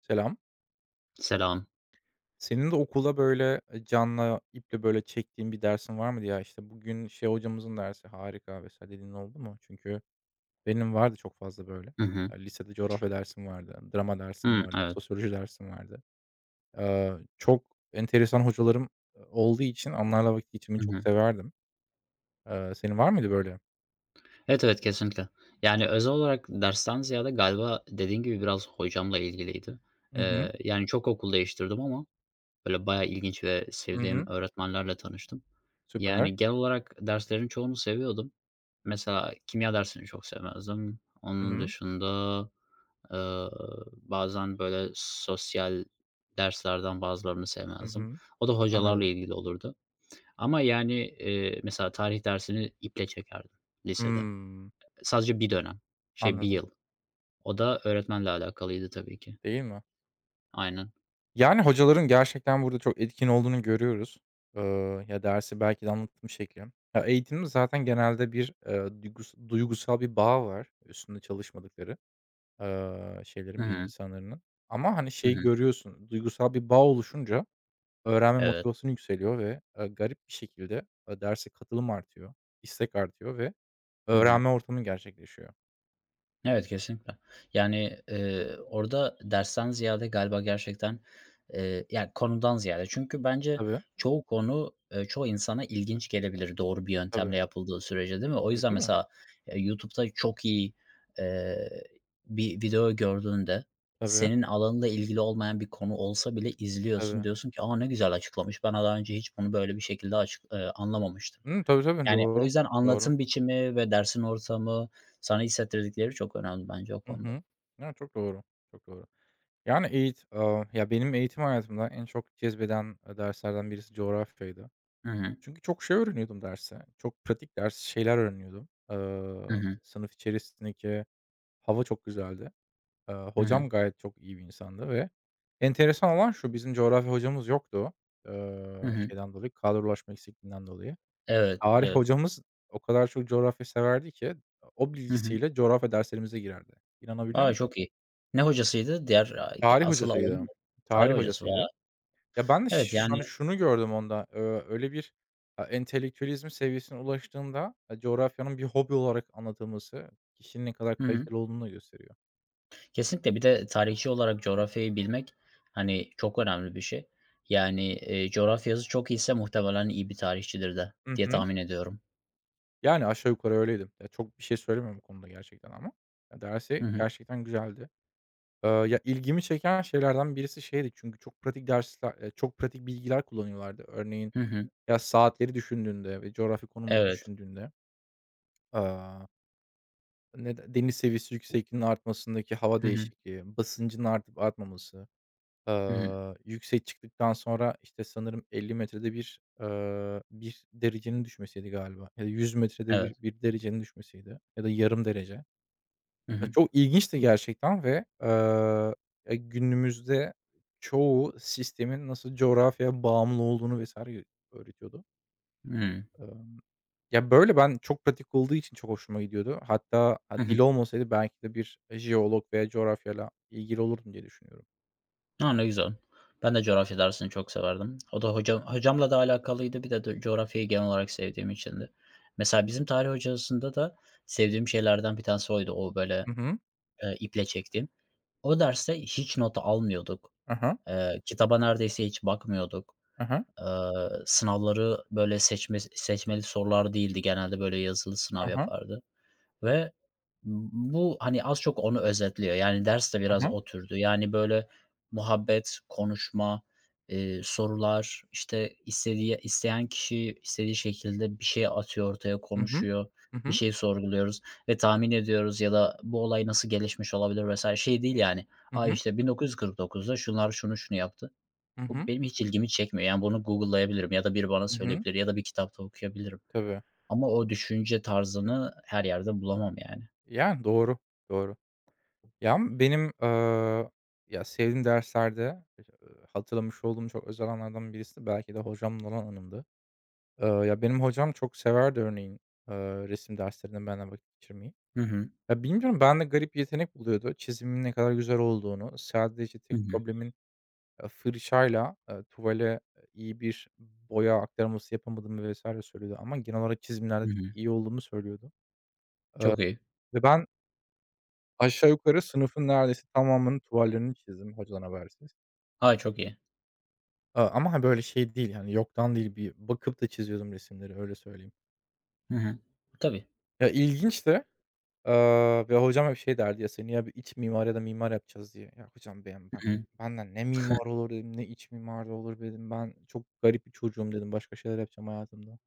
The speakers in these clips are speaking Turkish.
Selam. Selam. Senin de okulda, böyle, canla iple, böyle, çektiğin bir dersin var mıydı? Ya, işte, bugün şey hocamızın dersi harika vesaire dediğin oldu mu? Çünkü benim vardı çok fazla böyle. Hı hı. Lisede coğrafya dersim vardı, drama dersim Hımm, vardı, evet. sosyoloji dersim vardı. Çok enteresan hocalarım, olduğu için onlarla vakit geçirmeyi Hı çok hı. severdim. Senin var mıydı böyle? Evet, evet, kesinlikle. Yani, özel olarak dersten ziyade galiba dediğin gibi biraz hocamla ilgiliydi. Hı hı. Yani, çok okul değiştirdim ama böyle bayağı ilginç ve Hı sevdiğim hı. öğretmenlerle tanıştım. Süper. Yani, genel olarak derslerin çoğunu seviyordum. Mesela kimya dersini çok sevmezdim. Hı Onun hı. dışında, eee, bazen böyle sosyal derslerden bazılarını Hı sevmezdim. hı. O da hocalarla Anladım. ilgili olurdu. Ama yani, mesela tarih dersini iple çekerdim lisede. Hımm. Sadece bir dönem, şey bir Anladım. yıl. O da öğretmenle alakalıydı tabii ki. Değil mi? Aynen. Yani, hocaların gerçekten burada çok etkin olduğunu görüyoruz. Ya, dersi belki de anlatım şekli. Ya, eğitimin zaten genelde bir, duygusal bir bağ var üstünde çalışmadıkları, Hı şeylerin, bilim hı. insanlarının. Ama, hani, Hı şeyi hı. görüyorsun, duygusal bir bağ oluşunca öğrenme Evet. motivasyonu yükseliyor ve, garip bir şekilde, derse katılım artıyor, istek artıyor ve Hı hı. öğrenme ortamı gerçekleşiyor. Evet, kesinlikle. Yani, orada dersten ziyade galiba gerçekten, konudan ziyade çünkü bence Tabii, çoğu konu, çoğu insana ilginç gelebilir doğru bir yöntemle tabii. yapıldığı sürece, değil mi? O Tabii, yüzden değil mi? mesela, YouTube'da çok iyi, eee, bir video gördüğünde Tabii, senin alanında ilgili olmayan bir konu olsa bile izliyorsun, tabii. diyorsun ki, "A, ne güzel açıklamış. Ben daha önce hiç bunu böyle bir şekilde açık anlamamıştım." Hımm, tabii, tabii. Yani, o Doğru, yüzden doğru. anlatım biçimi ve dersin ortamı, sana hissettirdikleri çok önemli bence o Hı konuda. hı. Ya, çok doğru, çok doğru. Yani, ya, benim eğitim hayatımda en çok cezbeden, derslerden birisi coğrafyaydı. Hı hı. Çünkü çok şey öğreniyordum derse. Çok pratik ders şeyler öğreniyordum. Hı Eee, hı. sınıf içerisindeki hava çok güzeldi. Eee, Hı hı. hocam gayet çok iyi bir insandı ve enteresan olan şu, bizim coğrafya hocamız yoktu, Hı hı. şeyden dolayı, kadrolaşma eksikliğinden dolayı. Evet, Tarih evet. hocamız o kadar çok coğrafya severdi ki, o Hı hı. bilgisiyle coğrafya derslerimize girerdi. İnanabiliyor A, musun? çok iyi. Ne hocasıydı? Diğer, Tarih asıl alanı mı? hocasıydı. Tarih Tarih hocası. hocasıydı. Vay! Ya, ben de Evet, şu yani. an şunu gördüm onda, öyle bir, entelektüelizm seviyesine ulaştığında, coğrafyanın bir hobi olarak anlatılması kişinin ne kadar Hı hı. kaliteli olduğunu da gösteriyor. Kesinlikle. Bir de tarihçi olarak coğrafyayı bilmek, hani, çok önemli bir şey. Yani, coğrafyası çok iyiyse muhtemelen iyi bir tarihçidir de Hı diye hı. tahmin ediyorum. Yani aşağı yukarı öyleydim. Ya, çok bir şey söylemiyorum bu konuda gerçekten ama. Ya, Hı dersi hı. gerçekten güzeldi. Ya, ilgimi çeken şeylerden birisi şeydi çünkü çok pratik dersler, çok pratik bilgiler kullanıyorlardı. Örneğin, Hı hı. ya, saatleri düşündüğünde ve coğrafi konumları Evet. düşündüğünde. Nede deniz seviyesi yüksekliğinin artmasındaki hava Hı hı. değişikliği, basıncın artıp artmaması, Hı hı. Yüksek çıktıktan sonra, işte, sanırım 50 metrede bir, 1 derecenin düşmesiydi galiba ya da 100 metrede Evet. bir bir derecenin düşmesiydi ya da yarım derece. Hı Ya, hı. çok ilginçti gerçekten ve, günümüzde çoğu sistemin nasıl coğrafyaya bağımlı olduğunu vs. öğretiyordu. Hımm. Emm, ya, böyle, ben çok pratik olduğu için çok hoşuma gidiyordu. Hatta, Hı ha, hı. dil olmasaydı belki de bir jeolog veya coğrafyayla ilgili olurdum diye düşünüyorum. A, ne güzel. Ben de coğrafya dersini çok severdim. O da hocamla da alakalıydı. Bir de coğrafyayı genel olarak sevdiğim içindi. Mesela bizim tarih hocasında da sevdiğim şeylerden bir tanesi oydu. O böyle, Hı hı. İple çektiğim. O derste hiç not almıyorduk. Hı hı. Kitaba neredeyse hiç bakmıyorduk. Hı Sınavları böyle seçmeli sorular değildi. Genelde böyle yazılı sınav hı. yapardı. Ve bu, hani, az çok onu özetliyor. Yani, ders de Hı biraz hı. o türdü. Yani, böyle, muhabbet, konuşma, sorular, işte, istediği isteyen kişi istediği şekilde bir şey atıyor ortaya, Hı hı. konuşuyor, Hı bir hı. şey sorguluyoruz ve tahmin ediyoruz ya da bu olay nasıl gelişmiş olabilir vesaire. Şey değil, yani, Hı "A, hı. Hı hı. işte, 1949'da şunlar şunu şunu yaptı." Hı Bu hı. benim hiç ilgimi çekmiyor. Yani, bunu Google'layabilirim ya da biri bana Hı hı. söyleyebilir ya da bir kitapta okuyabilirim. Tabii. Ama o düşünce tarzını her yerde bulamam yani. Yani, doğru, doğru. Ya, ama benim, ya, sevdiğim derslerde, hatırlamış olduğum çok özel anlardan birisi belki de hocamla olan anımdı. Ya, benim hocam çok severdi örneğin, eee, resim derslerinde benimle vakit geçirmeyi. Hı hı. Ya, bilmiyorum, ben de garip yetenek buluyordu çizimin ne kadar güzel olduğunu. Sadece Hı tek hı. problemin, fırçayla, tuvale, iyi bir boya aktarması yapamadığımı vesaire söylüyordu ama genel olarak çizimlerde Hı çok hı. iyi olduğumu söylüyordu Çok iyi. ve ben aşağı yukarı sınıfın neredeyse tamamının tuvallerini çizdim hocadan habersiz. A, çok iyi. Ama, ha, böyle şey değil, yani, yoktan değil, bir bakıp da çiziyordum resimleri, öyle söyleyeyim. Hı hı. Tabii. Ya, ilginçti. Ve hocam hep şey derdi ya, "Seni ya bir iç mimar ya da mimar yapacağız." diye. Ya hocam Hı hı. benden ne mimar olur dedim, ne iç mimar da olur dedim. Ben çok garip bir çocuğum dedim. Başka şeyler yapacağım hayatımda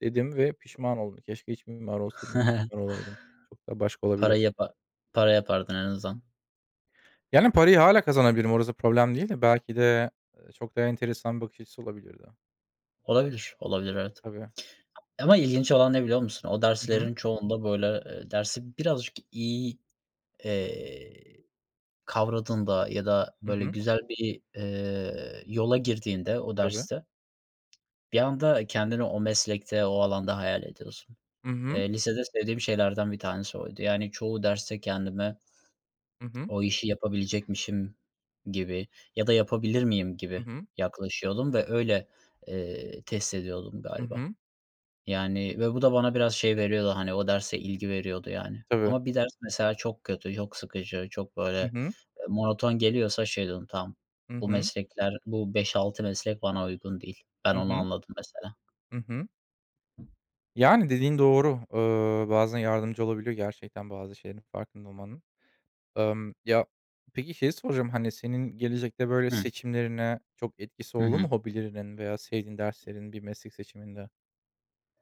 dedim ve pişman oldum. Keşke iç mimar olsaydım, iç mimar olaydım. Çok daha başka Para olabilir. yapa para yapardın en azından. Yani parayı hala kazanabilirim. Orası problem değil de belki de, çok daha enteresan bir bakış açısı olabilirdi. Olabilir, olabilir, evet. Tabii. Ama ilginç olan ne biliyor musun? O Hı hı. derslerin çoğunda, böyle, dersi birazcık iyi, eee, kavradığında ya da, Hı böyle, hı. güzel bir, yola girdiğinde o Tabii. derste bir anda kendini o meslekte, o alanda hayal ediyorsun. Hı hı. Lisede sevdiğim şeylerden bir tanesi oydu. Yani çoğu derste kendime Hı hı. o işi yapabilecekmişim gibi ya da yapabilir miyim Hı gibi hı. yaklaşıyordum ve öyle, test ediyordum Hı galiba. hı. Yani ve bu da bana biraz şey veriyordu, hani, o derse ilgi veriyordu yani. Tabii. Ama bir ders mesela çok kötü, çok sıkıcı, çok Hı böyle, hı. Monoton geliyorsa şey diyordum, "Tamam, Hı bu hı. meslekler, bu beş altı meslek bana uygun değil." Ben Hı onu hı. anladım mesela. Hı hı. Yani, dediğin doğru. Bazen yardımcı olabiliyor gerçekten bazı şeylerin farkında olmanın. Ya, peki şey soracağım, hani, senin gelecekte böyle Hı. seçimlerine çok etkisi Hı oldu hı. mu hobilerinin veya sevdiğin derslerin bir meslek seçiminde?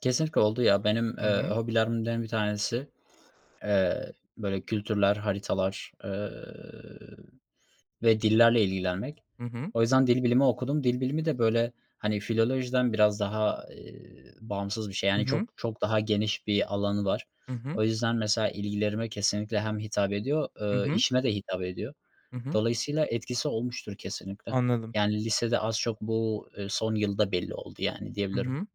Kesinlikle oldu ya. Benim, hobilerimden bir tanesi, eee, böyle kültürler, haritalar, Ve dillerle ilgilenmek. Hı hı. O yüzden dil bilimi okudum. Dil bilimi de, böyle, hani, filolojiden biraz daha, bağımsız bir şey. Hı Yani, hı. çok çok daha geniş bir alanı var. Hı hı. O yüzden mesela ilgilerime kesinlikle hem hitap ediyor, Hı hı. Hı hı. işime de hitap ediyor. Hı hı. Dolayısıyla etkisi olmuştur kesinlikle. Anladım. Yani, lisede az çok bu, son yılda belli oldu, yani, Hı diyebilirim. hı.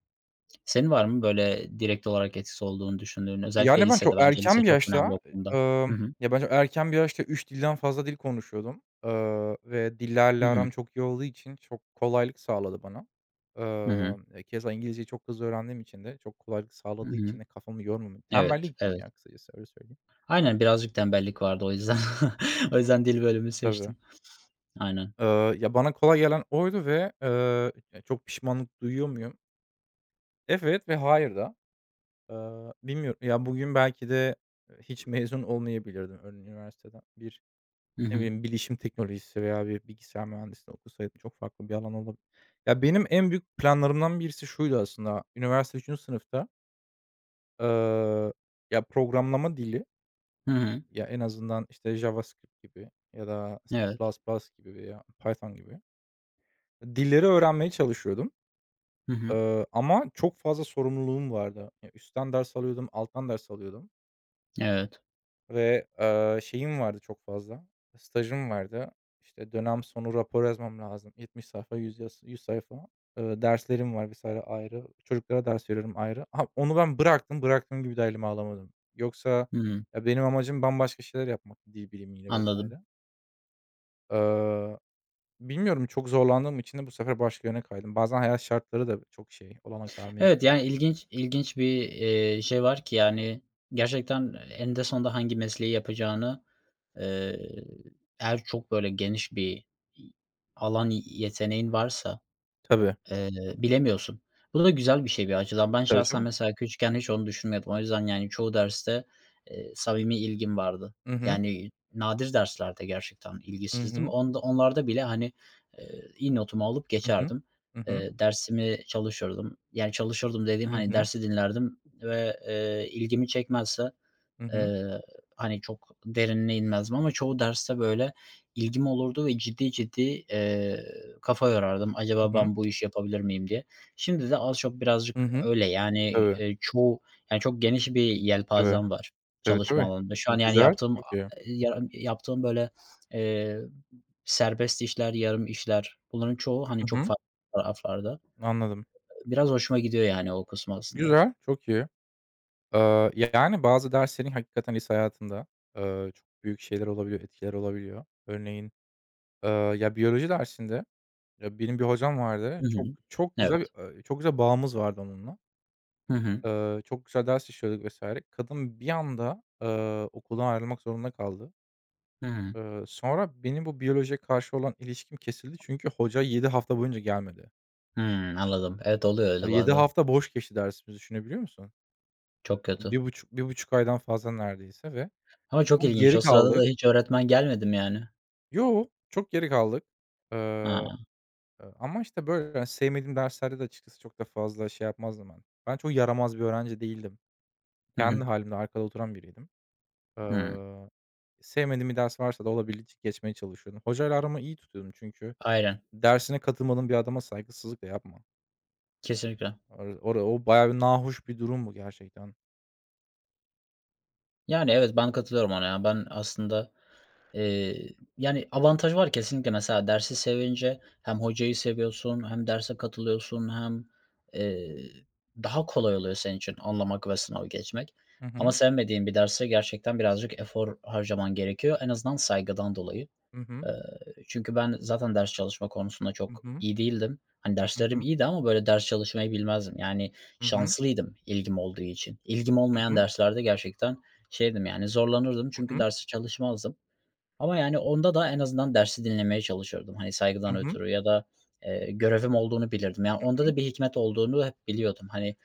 Senin var mı böyle direkt olarak etkisi olduğunu düşündüğün? Özellikle Yani, ben lisede çok bence lise erken bir çok önemli yaşta, o konuda. Hı hı. ya, ben çok erken bir yaşta 3 dilden fazla dil konuşuyordum, ve dillerle Hı hı. aram çok iyi olduğu için çok kolaylık sağladı bana. Hı hı. Keza İngilizceyi çok hızlı öğrendiğim için de çok kolaylık Hı sağladığı hı. için de kafamı yormamak. Evet, Tembellik diyeyim evet. ya kısacası, öyle söyleyeyim. Aynen, birazcık tembellik vardı o yüzden. O yüzden dil bölümü Tabii. seçtim. Aynen. Ya, bana kolay gelen oydu ve, ya, çok pişmanlık duyuyor muyum? Evet ve hayır da. Bilmiyorum. Ya, bugün belki de, hiç mezun olmayabilirdim ön üniversiteden. Hı Ne hı. bileyim, bilişim teknolojisi veya bir bilgisayar mühendisliği okusaydım çok farklı bir alan olabilir. Ya, benim en büyük planlarımdan birisi şuydu aslında. Üniversite üçüncü sınıfta, eee, ya, programlama dili, Hı hı. ya, en azından, işte, JavaScript gibi ya da Evet. C++ gibi veya Python gibi dilleri öğrenmeye çalışıyordum. Hı hı. Ama çok fazla sorumluluğum vardı. Ya, üstten ders alıyordum, alttan ders alıyordum. Evet. Ve, şeyim vardı çok fazla, stajım vardı. İşte, dönem sonu rapor yazmam lazım. 70 sayfa, 100 100 sayfa. Derslerim var vs. ayrı. Çocuklara ders veriyorum ayrı. Ha, onu ben bıraktım, bıraktığım gibi de elime alamadım. Yoksa Hımm. ya, benim amacım bambaşka şeyler yapmak dil bilimiyle Anladım. vesaire. Eee, bilmiyorum çok zorlandığım için de bu sefer başka yöne kaydım. Bazen hayat şartları da çok şey, olanak Evet, vermeyebiliyor. yani ilginç bir, şey var ki yani gerçekten eninde sonunda hangi mesleği yapacağını, eee, eğer çok böyle geniş bir alan yeteneğin varsa. Tabii, Eee, Bilemiyorsun. Bu da güzel bir şey bir açıdan. Ben tabii, şahsen tabii. mesela küçükken hiç onu düşünmüyordum. O yüzden yani çoğu derste, samimi ilgim vardı. Hı hı. Yani nadir derslerde gerçekten Hı ilgisizdim. hı. Onlarda bile, hani, iyi notumu alıp Hı hı. geçerdim. Hı hı. Dersimi çalışırdım. Yani çalışırdım dediğim, Hı hani, hı. dersi dinlerdim ve, ilgimi çekmezse, Hı hı. Eee, hani, çok derinine inmezdim ama çoğu derste, böyle, ilgim olurdu ve ciddi ciddi, kafa yorardım. Hı "Acaba hı. Hı hı. ben bu işi yapabilir miyim?" diye. Şimdi de az çok Hı birazcık hı. öyle, yani, Tabii, çoğu, yani, çok geniş bir tabii. yelpazem var Tabii, çalışma tabii. alanında. Şu an, yani, Güzel, çok iyi. Yaptığım, böyle, eee, serbest işler, yarım işler bunların çoğu, hani, Hı çok hı, farklı taraflarda. anladım. Biraz hoşuma gidiyor, yani, o kısmı aslında. Güzel, çok iyi. Yani bazı derslerin hakikaten lise hayatında, çok büyük şeyler olabiliyor, etkiler olabiliyor. Örneğin, eee, ya, biyoloji dersinde, ya, benim bir hocam vardı. Hı Çok hı. çok güzel Evet. bir, çok güzel bağımız vardı onunla. Hı hı. Çok güzel ders işliyorduk vesaire. Kadın bir anda, okuldan ayrılmak zorunda kaldı. Hı hı. Sonra benim bu biyolojiye karşı olan ilişkim kesildi çünkü hoca 7 hafta boyunca gelmedi. Hımm, anladım. Evet, oluyor öyle 7 bazen. hafta boş geçti dersimiz düşünebiliyor musun? Çok Yani kötü. bir buçuk aydan fazla neredeyse ve Ama çok çok ilginç. O geri sırada da kaldık. hiç öğretmen gelmedi mi yani? Yo, çok geri kaldık. Eee, Ha. ama, işte, böyle, hani, sevmediğim derslerde de açıkçası çok da fazla şey yapmazdım ben. Ben çok yaramaz bir öğrenci değildim. Hı hı. Kendi halimde arkada oturan biriydim. Hımm. Eee, sevmediğim bir ders varsa da olabildiğince geçmeye çalışıyordum. Hocayla aramı iyi tutuyordum çünkü Aynen. dersine katılmadığın bir adama saygısızlık da yapma. Kesinlikle. Ora o bayağı bir nahoş bir durum bu gerçekten. Yani, evet, ben katılıyorum ona ya. Ben aslında, eee, yani, avantaj var kesinlikle. Mesela dersi sevince hem hocayı seviyorsun hem derse katılıyorsun hem, eee, daha kolay oluyor senin için anlamak ve sınavı geçmek. Hı Ama hı. sevmediğin bir derse gerçekten birazcık efor harcaman gerekiyor en azından saygıdan dolayı. Hı hı. Eee, çünkü ben zaten ders çalışma konusunda Hı çok hı. iyi değildim. Hani, Hı derslerim hı. iyiydi ama, böyle, ders çalışmayı bilmezdim. Yani, Hı hı. şanslıydım ilgim olduğu için. İlgim Hı olmayan hı. derslerde gerçekten şeydim, yani, zorlanırdım Hı çünkü hı. derse çalışmazdım. Ama, yani, onda da en azından dersi dinlemeye çalışırdım, hani, Hı saygıdan hı. ötürü ya da, görevim olduğunu bilirdim. Yani, onda Hı hı. da bir hikmet olduğunu hep biliyordum. Hani,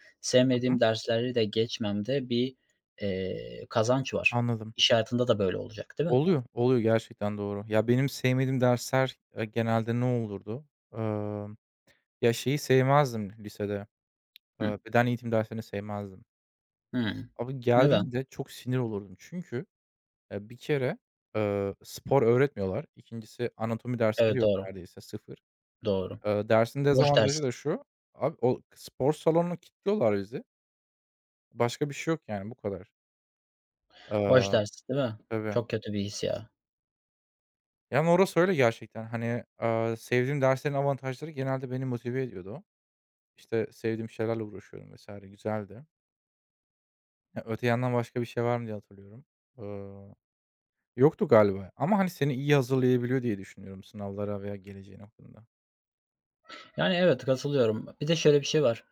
Hı hı. sevmediğim dersleri de geçmemde bir, kazanç var. Anladım. İş hayatında da böyle olacak, değil mi? Oluyor, oluyor gerçekten doğru. Ya, benim sevmediğim dersler, genelde ne olurdu? Emm, ya, şeyi sevmezdim lisede, Hı. Beden eğitim derslerini sevmezdim. Hıı. Abi Evet. geldiğinde çok sinir olurdum. Çünkü, bir kere, spor öğretmiyorlar. İkincisi anatomi dersleri Evet, yok doğru, neredeyse, sıfır. doğru. Dersin Boş ders, dezavantajı da şu, abi, o spor salonunu kilitliyorlar bizi. Başka bir şey yok yani, bu kadar. boş Eee ders, değil mi? Tabii. Çok kötü bir his ya. Yani, orası öyle gerçekten. Hani, sevdiğim derslerin avantajları genelde beni motive ediyordu. İşte, sevdiğim şeylerle uğraşıyorum vesaire güzeldi. Ya, öte yandan başka bir şey var mı diye hatırlıyorum. Iıı, yoktu galiba ama, hani, seni iyi hazırlayabiliyor diye düşünüyorum sınavlara veya geleceğin hakkında. Yani, evet, katılıyorum. Bir de şöyle bir şey var.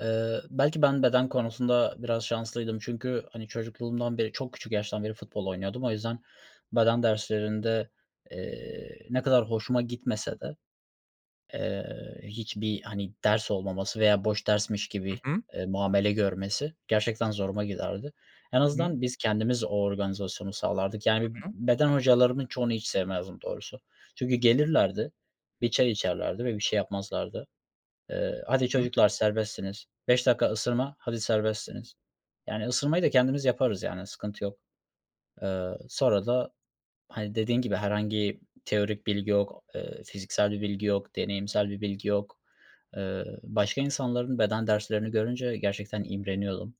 Belki ben beden konusunda biraz şanslıydım. Çünkü, hani, çocukluğumdan beri, çok küçük yaştan beri futbol oynuyordum. O yüzden beden derslerinde, ne kadar hoşuma gitmese de, hiçbir, hani, ders olmaması veya boş dersmiş gibi, Hı hı. Muamele görmesi gerçekten zoruma giderdi. En Hı hı. azından biz kendimiz o organizasyonu sağlardık. Yani, beden hocalarımın çoğunu hiç sevmezdim doğrusu. Çünkü gelirlerdi, bir çay içerlerdi ve bir şey yapmazlardı. "Hadi Hı hı. çocuklar serbestsiniz. 5 dakika ısırma, hadi serbestsiniz." Yani, ısırmayı da kendimiz yaparız, yani, sıkıntı yok. Sonra da hani, dediğin gibi herhangi teorik bilgi yok, fiziksel bir bilgi yok, deneyimsel bir bilgi yok. Başka insanların beden derslerini görünce gerçekten imreniyordum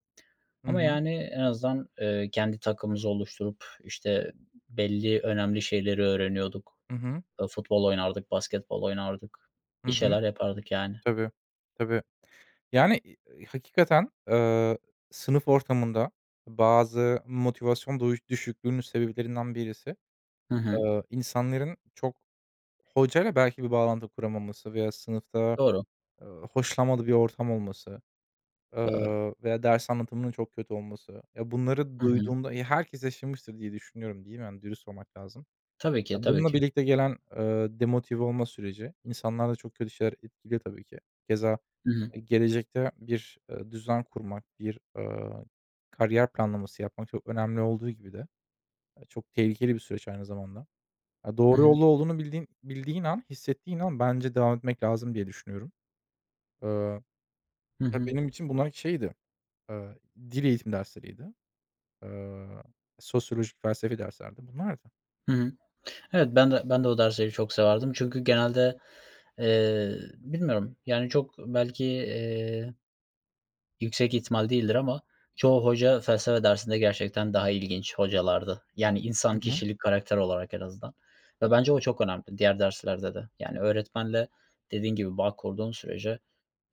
Hı ama, hı. yani, en azından, kendi takımımızı oluşturup, işte, belli önemli şeyleri öğreniyorduk. Hı hı. Futbol oynardık, basketbol oynardık. Bir şeyler yapardık, yani. Tabii. Tabii. Yani, hakikaten, sınıf ortamında bazı motivasyon duyu düşüklüğünün sebeplerinden birisi, Hı hı. İnsanların çok hocayla belki bir bağlantı kuramaması veya sınıfta, Doğru, hoşlanmadığı bir ortam olması, doğru. Veya ders anlatımının çok kötü olması. Ya, bunları Hı hı. duyduğumda, ya, herkes yaşamıştır diye düşünüyorum, değil mi? Hani, dürüst olmak lazım. Tabii ki, Ya, tabii bununla ki. birlikte gelen, demotive olma süreci insanlarda çok kötü şeyler etkiliyor tabii ki. Keza, Hı hı. Gelecekte bir, düzen kurmak, bir, kariyer planlaması yapmak çok önemli olduğu gibi de, çok tehlikeli bir süreç aynı zamanda. Ya, Hı doğru hı. yolda olduğunu bildiğin an, hissettiğin an bence devam etmek lazım diye düşünüyorum. Eee, Hı ya, hı. benim için bunlar şeydi, eee, dil eğitim dersleriydi. Eee, sosyolojik felsefi derslerdi. Bunlardı. Hı hı. Evet, ben de o dersleri çok severdim. Çünkü genelde, bilmiyorum, yani, çok belki, yüksek ihtimal değildir ama çoğu hoca felsefe dersinde gerçekten daha ilginç hocalardı. Yani, Hı insan, hı. kişilik, karakter olarak en azından ve bence o çok önemli diğer derslerde de. Yani, öğretmenle dediğin gibi bağ kurduğun sürece,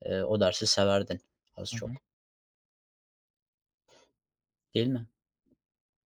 o dersi severdin az Hı çok, hı. değil mi?